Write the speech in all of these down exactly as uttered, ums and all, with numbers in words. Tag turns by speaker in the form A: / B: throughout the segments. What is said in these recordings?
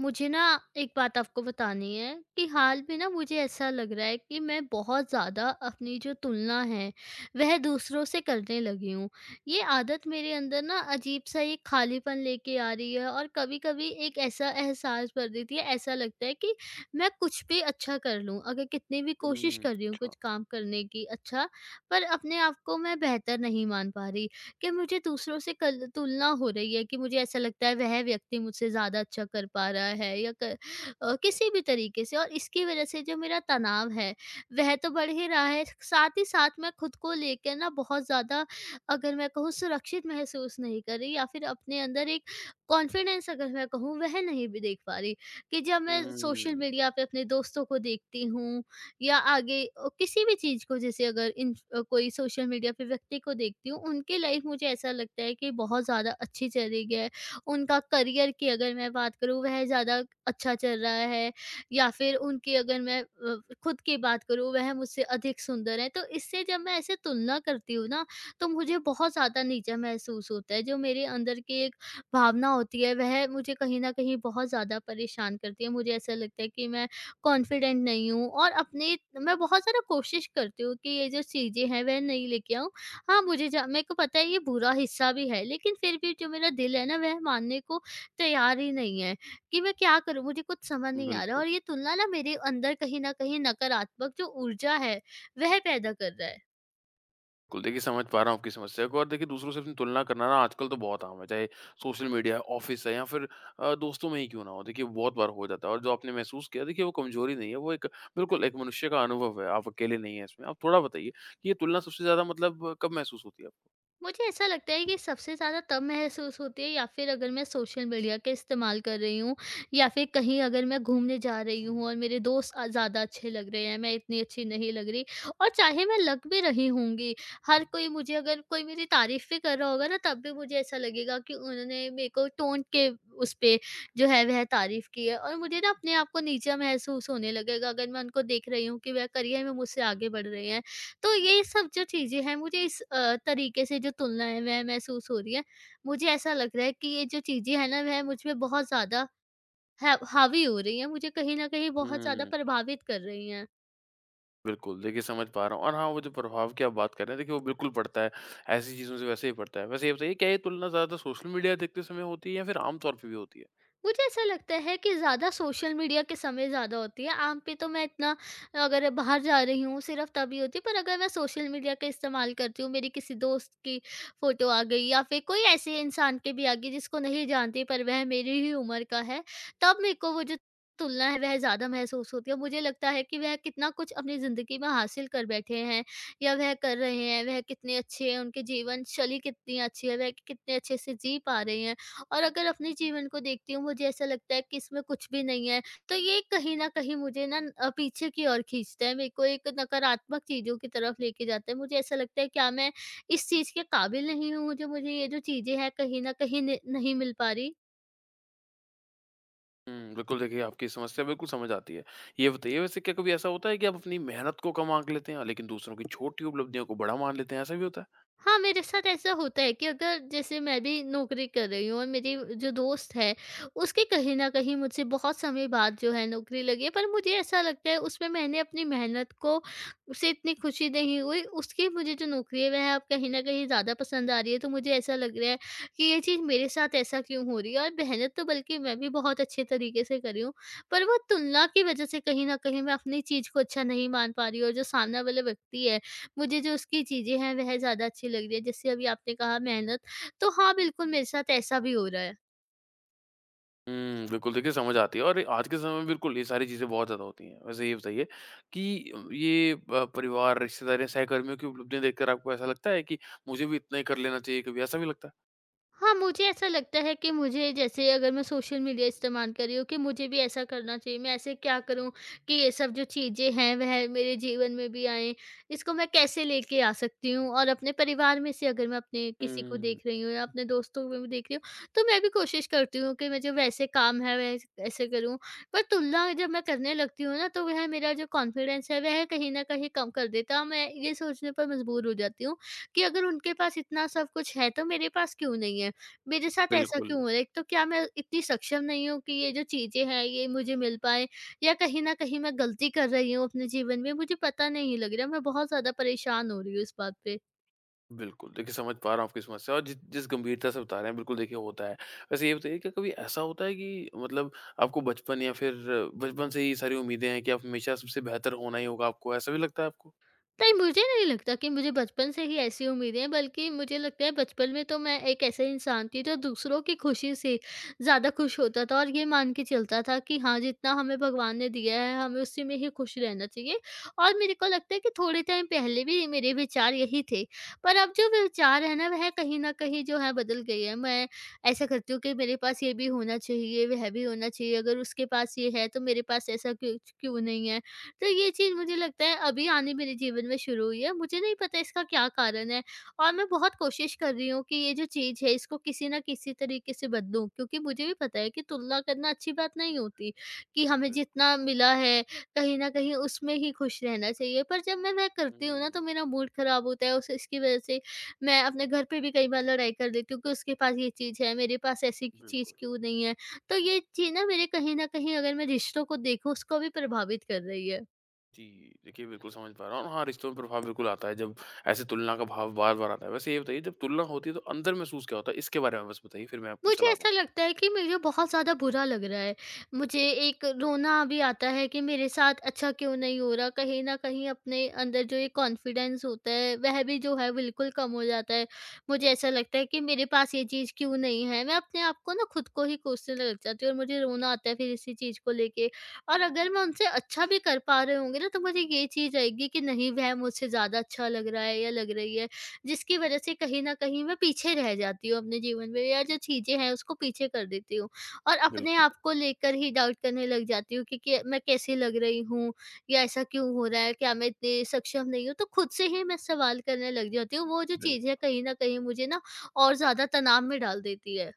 A: मुझे ना एक बात आपको बतानी है कि हाल में ना मुझे ऐसा लग रहा है कि मैं बहुत ज़्यादा अपनी जो तुलना है वह दूसरों से करने लगी हूँ। ये आदत मेरे अंदर ना अजीब-सा एक खालीपन लेके आ रही है, और कभी-कभी एक ऐसा एहसास भर देती है, ऐसा लगता है कि मैं कुछ भी अच्छा कर लूँ। अगर कितनी भी कोशिश
B: हुँ,
A: कर रही हूँ
B: अच्छा।
A: कुछ काम करने की, अच्छा, पर अपने आप को मैं बेहतर नहीं मान पा रही। कि मुझे दूसरों से कल तुलना हो रही है, कि मुझे ऐसा लगता है वह व्यक्ति मुझसे ज़्यादा अच्छा कर पा रहा है, या क अ, किसी भी तरीके से। और इसकी वजह से जो मेरा तनाव है, वह तो बढ़ ही रहा है, साथ ही साथ मैं खुद को लेकर ना बहुत ज़्यादा, अगर मैं कहूँ, सुरक्षित महसूस नहीं कर रही, या फिर अपने अंदर एक कॉन्फिडेंस, अगर मैं कहूँ, वह नहीं भी देख पा रही, कि जब मैं सोशल
B: हुँ,
A: मीडिया पे अपने दोस्तों को देखती हूँ, या आगे अ, किसी भी चीज़ को, जैसे अगर इन अ, कोई सोशल मीडिया पे व्यक्ति को देखती हूँ, उनकी लाइफ मुझे ऐसा लगता है कि बहुत ज़्यादा अच्छी चल रही है। उनका करियर की अगर मैं बात करूँ, वह ज़्यादा अच्छा चल रहा है, या फिर उनकी अगर मैं अ, खुद की बात करूँ, वह मुझसे अधिक सुंदर है। तो इससे जब मैं ऐसे तुलना करती हूँ ना, तो मुझे बहुत ज़्यादा नीचा महसूस होता है। जो मेरे अंदर की एक भावना होती है, वह मुझे कहीं न कहीं बहुत ज़्यादा परेशान करती है। मुझे ऐसा लगता है कि मैं कॉन्फिडेंट नहीं हूँ, और अपने मैं बहुत ज़्यादा कोशिश करती हूँ कि ये जो चीज़ें हैं वह नहीं लेके आऊँ। हाँ, मुझे जा मेरे को पता है ये बुरा हिस्सा भी है, लेकिन फिर भी जो मेरा दिल है ना, वह मानने को तैयार ही नहीं है कि मैं क्या करूँ? मुझे कुछ समझ नहीं आ रहा,
B: बिल्कुल।
A: और ये तुलना ना मेरे अंदर कहीं न कहीं नकारात्मक जो ऊर्जा है वह पैदा कर रहा है।
B: बिल्कुल, देखिए समझ पा रहा हूँ आपकी समस्या को और देखिए दूसरों से अपनी तुलना करना ना आजकल तो बहुत आम है, चाहे सोशल मीडिया, ऑफ़िस है या फिर अ, दोस्तों में ही क्यों ना हो। देखिए बहुत बार हो जाता है और जो आपने महसूस किया देखिए वो कमज़ोरी नहीं है, वो एक बिल्कुल एक मनुष्य का अनुभव है, आप अकेले नहीं हैं इसमें। आप थोड़ा बताइए कि ये तुलना सबसे ज़्यादा मतलब कब महसूस होती है आपको?
A: मुझे ऐसा लगता है कि सबसे ज़्यादा तब महसूस होती है या फिर अगर मैं सोशल मीडिया का इस्तेमाल कर रही हूँ, या फिर कहीं अगर मैं घूमने जा रही हूँ और मेरे दोस्त अ, ज़्यादा अच्छे लग रहे हैं, मैं इतनी अच्छी नहीं लग रही, और चाहे मैं लग भी रही होंगी, हर कोई मुझे, अगर कोई मेरी तारीफ़ भी कर रहा होगा ना, तब भी मुझे ऐसा लगेगा कि उन्होंने मेरे को टोन के उस पे जो है वह तारीफ़ की है, और मुझे ना अपने आप को नीचा महसूस होने लगेगा, अगर मैं उनको देख रही हूँ कि वह करियर में मुझसे आगे बढ़ रहे हैं। तो ये सब जो चीज़ें हैं, मुझे इस अ, तरीके से जो तुलना है वह महसूस हो रही है। मुझे ऐसा लग रहा है कि ये जो चीज़ें हैं ना, वह मुझ पे बहुत ज़्यादा है हावी हो रही हैं, मुझे कहीं न कहीं बहुत ज़्यादा
B: हुँ,
A: प्रभावित कर रही हैं।
B: बिल्कुल, देखिए समझ पा रहा हूँ और हाँ, वो जो प्रभाव की आप बात कर रहे हैं देखिए वो बिल्कुल पड़ता है, ऐसी चीज़ों से वैसे ही पड़ता है। वैसे ये बताइए क्या ये तुलना ज़्यादातर सोशल मीडिया देखते समय होती है या फिर आम तौर पे भी होती है?
A: मुझे ऐसा लगता है कि ज़्यादा सोशल मीडिया के समय ज़्यादा होती है, आम पे तो मैं इतना, अगर बाहर जा रही हूँ सिर्फ तभी होती है। पर अगर मैं सोशल मीडिया का इस्तेमाल करती हूँ, मेरी किसी दोस्त की फ़ोटो आ गई, या फिर कोई ऐसे इंसान के भी आ गई जिसको नहीं जानती, पर वह मेरी ही उम्र का है, तब मेरे को वो जो तुलना है वह ज़्यादा महसूस होती है। मुझे लगता है कि वह कितना कुछ अपनी ज़िंदगी में हासिल कर बैठे हैं, या वह कर रहे हैं, वह कितने अच्छे हैं, उनके जीवन शैली कितनी अच्छी है, वह कितने अच्छे से जी पा रहे हैं, और अगर अपने जीवन को देखती हूँ, मुझे ऐसा लगता है कि इसमें कुछ भी नहीं है। तो ये कहीं न कहीं मुझे ना अ, पीछे की ओर खींचता है, मेरे को एक नकारात्मक चीज़ों की तरफ लेके जाता है। मुझे ऐसा लगता है, क्या मैं इस चीज़ के काबिल नहीं हूँ, जो मुझे ये जो चीज़ें हैं कहीं न कहीं न नहीं मिल पा रही?
B: हुँ, बिल्कुल देखिए आपकी समस्या बिल्कुल समझ आती है। ये बताइए वैसे क्या कभी ऐसा होता है कि आप अपनी मेहनत को कम आँक लेते हैं लेकिन दूसरों की छोटी उपलब्धियों को बड़ा मान लेते हैं, ऐसा भी होता है?
A: हाँ, मेरे साथ ऐसा होता है कि अगर जैसे मैं भी नौकरी कर रही हूँ, और मेरी जो दोस्त है, उसके कहीं न कहीं मुझसे बहुत समय बाद जो है नौकरी लगी है, पर मुझे ऐसा लगता है उसमें मैंने अपनी मेहनत को से इतनी खुशी नहीं हुई, उसकी मुझे जो नौकरी है वह अब कहीं न कहीं ज़्यादा पसंद आ रही है। तो मुझे ऐसा लग रहा है कि ये चीज़ मेरे साथ ऐसा क्यों हो रही है, और मेहनत तो बल्कि मैं भी बहुत अच्छे तरीके से कर रही हूँ, पर वो तुलना की वजह से कहीं न कहीं मैं अपनी चीज़ को अच्छा नहीं मान पा रही हूँ, और जो सामने वाला व्यक्ति है, मुझे जो उसकी चीज़ें हैं वह ज़्यादा अच्छी लग रही है। जैसे अभी आपने कहा मेहनत, तो हाँ, बिल्कुल मेरे साथ ऐसा भी हो रहा है।
B: हुँ, बिल्कुल देखिए समझ आती है और आज के समय में बिल्कुल ये सारी चीज़ें बहुत ज़्यादा होती हैं। वैसे ये बताइए कि ये अ, परिवार, रिश्तेदार या सहकर्मियों की उपलब्धियाँ देखकर आपको ऐसा लगता है कि मुझे भी इतना ही कर लेना चाहिए, कभी ऐसा भी लगता है?
A: हाँ, मुझे ऐसा लगता है कि मुझे, जैसे अगर मैं सोशल मीडिया इस्तेमाल कर रही हूँ, कि मुझे भी ऐसा करना चाहिए। मैं ऐसे क्या करूँ कि ये सब जो चीज़ें हैं वह मेरे जीवन में भी आएँ। इसको मैं कैसे लेके आ सकती हूँ, और अपने परिवार में से अगर मैं अपने किसी को
B: हुँ,
A: देख रही हूँ, या अपने दोस्तों में भी देख रही हूँ, तो मैं भी कोशिश करती हूँ कि मैं जो वैसे काम है वैस ऐसे करूँ। पर तुलना जब मैं करने लगती हूँ ना, तो वह मेरा जो कॉन्फिडेंस है वह कहीं न कहीं कम कर देता है। मैं ये सोचने पर मजबूर हो जाती हूँ कि अगर उनके पास इतना सब कुछ है, तो मेरे पास क्यों नहीं है? मेरे साथ ऐसा
B: बिल्कुल।
A: क्यों हो रहा है? एक तो, क्या मैं इतनी सक्षम नहीं हूँ कि ये जो चीज़ें हैं ये मुझे मिल पाएँ, या कहीं न कहीं मैं गलती कर रही हूँ अपने जीवन में, मुझे पता नहीं लग रहा, मैं बहुत ज़्यादा परेशान हो रही हूँ इस बात पे।
B: बिल्कुल, देखिए समझ पा रहा हूँ आपकी समस्या और जिस जिस गंभीरता से बता रहे हैं बिल्कुल देखिए होता है। वैसे ये बताइए क्या कभी ऐसा होता है कि मतलब आपको बचपन या फिर बचपन से ही सारी उम्मीदें हैं कि आप हमेशा सबसे बेहतर होना ही होगा आपको, ऐसा भी लगता है आपको?
A: नहीं, मुझे नहीं लगता कि मुझे बचपन से ही ऐसी उम्मीदें हैं, बल्कि मुझे लगता है बचपन में तो मैं एक ऐसा इंसान थी जो दूसरों की खुशी से ज़्यादा खुश होता था, और ये मान के चलता था कि हाँ, जितना हमें भगवान ने दिया है, हमें उसी में ही खुश रहना चाहिए, और मेरे को लगता है कि थोड़े टाइम पहले भी मेरे विचार यही थे। पर अब जो विचार है ना, वह कहीं न कहीं जो है बदल गए हैं। मैं ऐसा करती हूँ कि मेरे पास ये भी होना चाहिए, वह भी होना चाहिए, अगर उसके पास ये है, तो मेरे पास ऐसा क्यों क्यों नहीं है? तो ये चीज़ मुझे लगता है अभी आनी मेरे जीवन में शुरू हुई है। मुझे नहीं पता इसका क्या कारण है, और मैं बहुत कोशिश कर रही हूँ कि ये जो चीज़ है इसको किसी न किसी तरीके से बदलूँ, क्योंकि मुझे भी पता है कि तुलना करना अच्छी बात नहीं होती, कि हमें
B: बिल्कुल।
A: जितना मिला है कहीं न कहीं उसमें ही खुश रहना चाहिए। पर जब मैं वह करती हूँ ना,
B: हुँ,
A: तो मेरा मूड ख़राब होता है, उस इसकी वज़ह से मैं अपने घर पे भी कई बार लड़ाई कर लेती हूँ कि उसके पास ये चीज़ है, मेरे पास ऐसी चीज़
B: बिल्कुल।
A: क्यों नहीं है। तो ये चीज़ ना मेरे, कहीं न कहीं, अगर मैं रिश्तों को देखूँ, उसको भी प्रभावित कर रही है।
B: जी, देखिए बिल्कुल समझ पा रहा हूँ। हाँ, रिश्तों में प्रभाव बिल्कुल आता है जब ऐसे तुलना का भाव बार-बार आता है। वैसे ये बताइए जब तुलना होती है तो अंदर महसूस क्या होता है? इसके बारे में बस बताइए फिर मैं आपको
A: मुझे
B: सलाह
A: ऐसा
B: दूँगा।
A: लगता है कि मुझे बहुत ज़्यादा बुरा लग रहा है। मुझे एक रोना भी आता है कि मेरे साथ अच्छा क्यों नहीं हो रहा? कहीं न कहीं अपने अंदर जो ये कॉन्फिडेंस होता है, वह भी जो है बिल्कुल कम हो जाता है। मुझे ऐसा लगता है कि मेरे पास ये चीज़ क्यों नहीं है? मैं अपने आप को ना खुद को ही कोसने लग जाती हूँ, और मुझे रोना आता है फिर इसी चीज़ को लेके। और अगर मैं उनसे अच्छा भी कर पा रहे होंगे ना, तो मुझे ये चीज़ आएगी कि नहीं, वह मुझसे ज़्यादा अच्छा लग रहा है या लग रही है। जिसकी वजह से कहीं न कहीं मैं पीछे रह जाती हूँ अपने जीवन में, या जो चीज़ें हैं उसको पीछे कर देती हूँ। और अपने
B: बिल्कुल,
A: आप को लेकर ही डाउट करने लग जाती हूँ कि क्या मैं, कैसी लग रही हूँ? या ऐसा क्यों हो रहा है? क्या मैं इतनी सक्षम नहीं हूँ? तो खुद से ही मैं सवाल करने लग जाती हूँ। वो जो
B: बिल्कुल।
A: चीज़ें कहीं न कहीं मुझे ना और ज़्यादा तनाव में डाल देती है।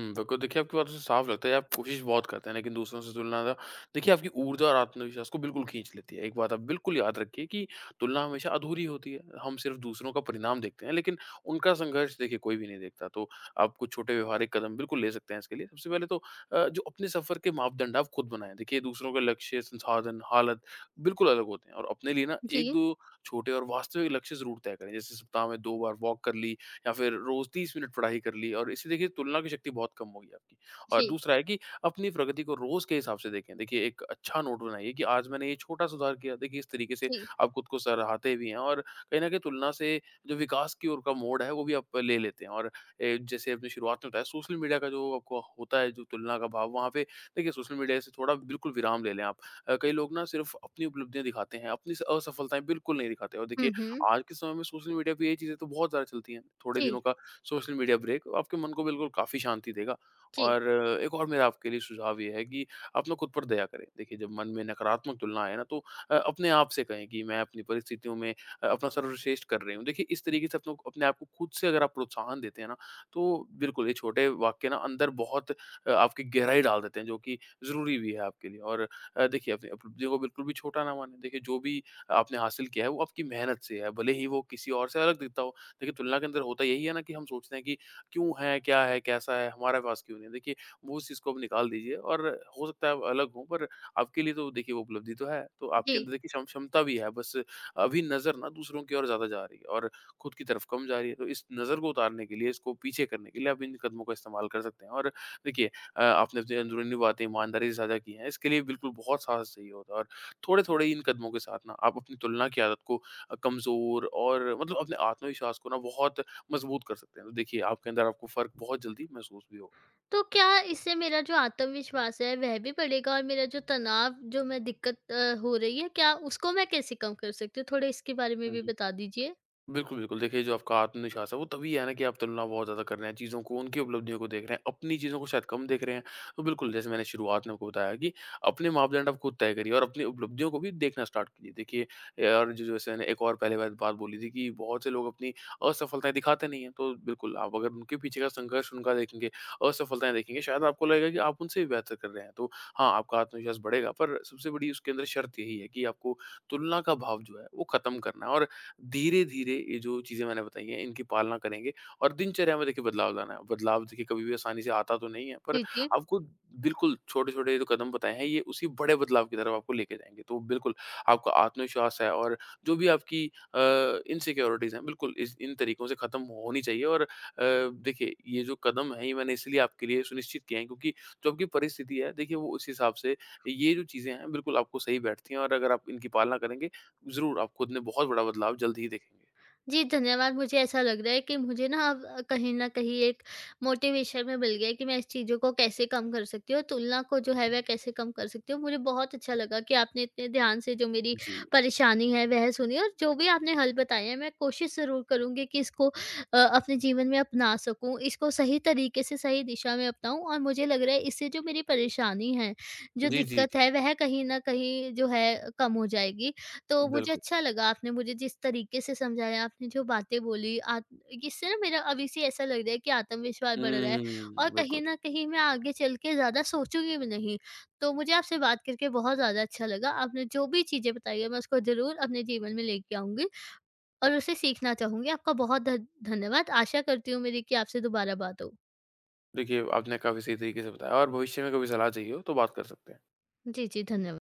B: हुँ, बिल्कुल, देखिए आपकी बातों से साफ लगता है आप कोशिश बहुत करते हैं, लेकिन दूसरों से तुलना ना देखिए आपकी ऊर्जा और आत्मविश्वास को बिल्कुल खींच लेती है। एक बात आप बिल्कुल याद रखिए कि तुलना हमेशा अधूरी होती है। हम सिर्फ़ दूसरों का परिणाम देखते हैं, लेकिन उनका संघर्ष देखिए कोई भी नहीं देखता। तो आप कुछ छोटे व्यवहारिक कदम बिल्कुल ले सकते हैं इसके लिए। सबसे पहले तो अ, जो अपने सफ़र के मापदंड आप खुद बनाएँ। देखिए दूसरों के लक्ष्य, संसाधन, हालत बिल्कुल अलग होते हैं और अपने लिए ना
A: जी,
B: एक दो छोटे और वास्तविक लक्ष्य ज़रूर तय करें। जैसे सप्ताह में दो बार वॉक कर ली या फिर रोज तीस मिनट पढ़ाई कर ली और इससे देखिए तुलना की शक्ति बहुत कम होगी आपकी। और
A: जी,
B: दूसरा है कि अपनी प्रगति को रोज के हिसाब से देखें। देखिए एक अच्छा नोट बनाइए कि आज मैंने ये छोटा सुधार किया। देखिए इस तरीके से
A: जी।
B: आप खुद को सराहते भी हैं और कहीं न कहीं तुलना से जो विकास की ओर का मोड़ है वो भी आप ले लेते हैं। और ए, जैसे आपने शुरुआत में बताया सोशल मीडिया का जो आपको होता है जो तुलना का भाव वहाँ पे देखिए सोशल मीडिया से थोड़ा बिल्कुल विराम ले लें आप। अ, कई लोग ना सिर्फ़ अपनी उपलब्धियाँ दिखाते हैं, अपनी स असफलताएँ बिल्कुल नहीं दिखाते और
A: हुँ,
B: देखिए
A: हुँ।
B: आज के समय में सोशल मीडिया पे ये चीज़ें तो बहुत ज़्यादा चलती हैं। थोड़े दिनों
A: जी,
B: का सोशल मीडिया ब्रेक तो आपके मन को बिल्कुल काफ़ी शांति देगा।
A: जी,
B: और एक और मेरा आपके लिए सुझाव ये है कि आप ना खुद पर दया करें। देखिए जब मन में नकारात्मक तुलना आए ना तो अ, अपने आप से कहें कि मैं अपनी परिस्थितियों में अ, अपना सर्वश्रेष्ठ कर रही हूँ। देखिए इस तरीके से अपनो अपने आप को खुद से अगर आप प्रोत्साहन देते हैं ना तो बिल्कुल ये छोटे वाक्य ना अंदर बहुत अ, आपकी गहराई डाल देते हैं जो कि ज़रूरी भी है आपके लिए। और अ, देखिए अपने अपने को बिल्कुल भी छोटा ना मानें। देखिए जो भी आपने हासिल किया है वो आपकी मेहनत से है, भले ही वो किसी और से अलग दिखता हो। देखिए तुलना के अंदर होता यही है ना कि हम सोचते हैं कि क्यों है, क्या है, कैसा है, हमारे पास क्यों नहीं है। देखिए वो उस चीज़ को आप निकाल दीजिए और हो सकता है आप अलग हों पर आपके लिए तो देखिए वो उपलब्धि तो है। तो आपके
A: जी।
B: अंदर देखिए क्षम क्षमता भी है बस अभी नज़र ना दूसरों की ओर ज़्यादा जा रही है और खुद की तरफ कम जा रही है। तो इस नज़र को उतारने के लिए, इसको पीछे करने के लिए आप इन कदमों का इस्तेमाल कर सकते हैं और देखिए अ, आपने अपनी अंदरूनी बातें ईमानदारी से साझा की हैं, इसके लिए बिल्कुल बहुत साहस चाहिए होता है और थोड़े-थोड़े इन कदमों के साथ ना आप अपनी तुलना की आदत को अ, कमज़ोर और मतलब अपने आत्मविश्वास को ना बहुत मज़बूत कर सकते हैं। तो देखिए आपके अंदर आपको फ़र्क बहुत जल्दी महसूस भी होगा।
A: तो क्या इससे मेरा जो आत्मविश्वास है वह भी बढ़ेगा, और मेरा जो तनाव, जो मैं दिक्कत अ, हो रही है, क्या उसको मैं कैसे कम कर सकती हूँ? थोड़े इसके बारे में
B: हुँ,
A: भी
B: हुँ।
A: बता दीजिए।
B: बिल्कुल, बिल्कुल। देखिए, जो आपका आत्मविश्वास है, वो तभी है ना कि आप तुलना बहुत ज़्यादा कर रहे हैं चीज़ों को, उनकी उपलब्धियों को देख रहे हैं, अपनी चीज़ों को शायद कम देख रहे हैं। तो बिल्कुल, जैसे मैंने शुरुआत में आपको बताया कि अपने मापदंड आप खुद तय करिए और अपनी उपलब्धियों को भी देखना स्टार्ट कीजिए। देखिए ए, और जो जैसे मैंने एक और पहले बात बात बोली थी कि बहुत से लोग अपनी असफलताएँ दिखाते नहीं हैं। तो बिल्कुल, आप अगर उनके पीछे का संघर्ष उनका देखेंगे, असफलताएँ देखेंगे, शायद आपको लगेगा कि आप उनसे भी बेहतर कर रहे हैं। तो हाँ, आपका आत्मविश्वास बढ़ेगा, पर सबसे बड़ी उसके अंदर शर्त यही है कि आपको तुलना का भाव जो है, वो खत्म करना है और धीरे-धीरे ये जो चीज़ें मैंने बताई हैं, इनकी पालना करेंगे और दिनचर्या में देखिए बदलाव लाना है। बदलाव देखिए कभी भी आसानी से आता तो नहीं है, पर
A: जी, जी।
B: आपको बिल्कुल छोटे-छोटे जो कदम बताए हैं, ये उसी बड़े बदलाव की तरफ आपको लेके जाएँगे। तो बिल्कुल आपका आत्मविश्वास है और जो भी आपकी अ, इनसिक्योरिटीज़ हैं, बिल्कुल इस इन तरीकों से खत्म होनी चाहिए और अ, देखिए ये जो कदम है, ये मैंने इसलिए आपके लिए सुनिश्चित किए हैं क्योंकि जो आपकी परिस्थिति है, देखिए वो उस हिसाब से ये जो चीज़ें हैं, बिल्कुल आपको सही बैठती हैं और अगर आप इनकी पालना करेंगे ज़रूर, आप खुद में बहुत बड़ा बदलाव जल्द ही देखेंगे।
A: जी, धन्यवाद। मुझे ऐसा लग रहा है कि मुझे ना, अब अ, कहीं न कहीं एक मोटिवेशन में मिल गया है कि मैं इस चीज़ों को कैसे कम कर सकती हूँ, तुलना को जो है वह कैसे कम कर सकती हूँ। मुझे बहुत अच्छा लगा कि आपने इतने ध्यान से जो मेरी
B: जी।
A: परेशानी है वह सुनी, और जो भी आपने हल बताए हैं, मैं कोशिश ज़रूर करूँगी कि इसको अ, अपने जीवन में अपना सकूँ, इसको सही तरीके से सही दिशा में अपनाऊँ, और मुझे लग रहा है इससे जो मेरी परेशानी है, जो
B: जी, जी,
A: दिक्कत है,
B: जी।
A: वह कहीं न कहीं जो है कम हो जाएगी। तो मुझे
B: बिल्कुल।
A: अच्छा लगा, आपने मुझे जिस तरीके से समझाया, आपने जो बातें बोली आत इससे ना मेरा अभी से ऐसा लग रहा है कि आत्मविश्वास बढ़ रहा है, और
B: हुँ, बिल्कुल।
A: कहीं न कहीं मैं आगे चल के ज़्यादा सोचूँगी भी नहीं। तो मुझे आपसे बात करके बहुत ज़्यादा अच्छा लगा। आपने जो भी चीज़ें बताई हैं, मैं उसको ज़रूर अपने जीवन में लेके आऊँगी, और उसे सीखना चाहूँगी। आपका बहुत ध धन्यवाद। आशा करती हूँ मेरी, कि आपसे दोबारा बात हो।
B: देखिए, आपने काफ़ी सही तरीके से बताया और भविष्य में कभी सलाह चाहिए हो तो बात कर सकते हैं।
A: जी, जी, धन्यवाद।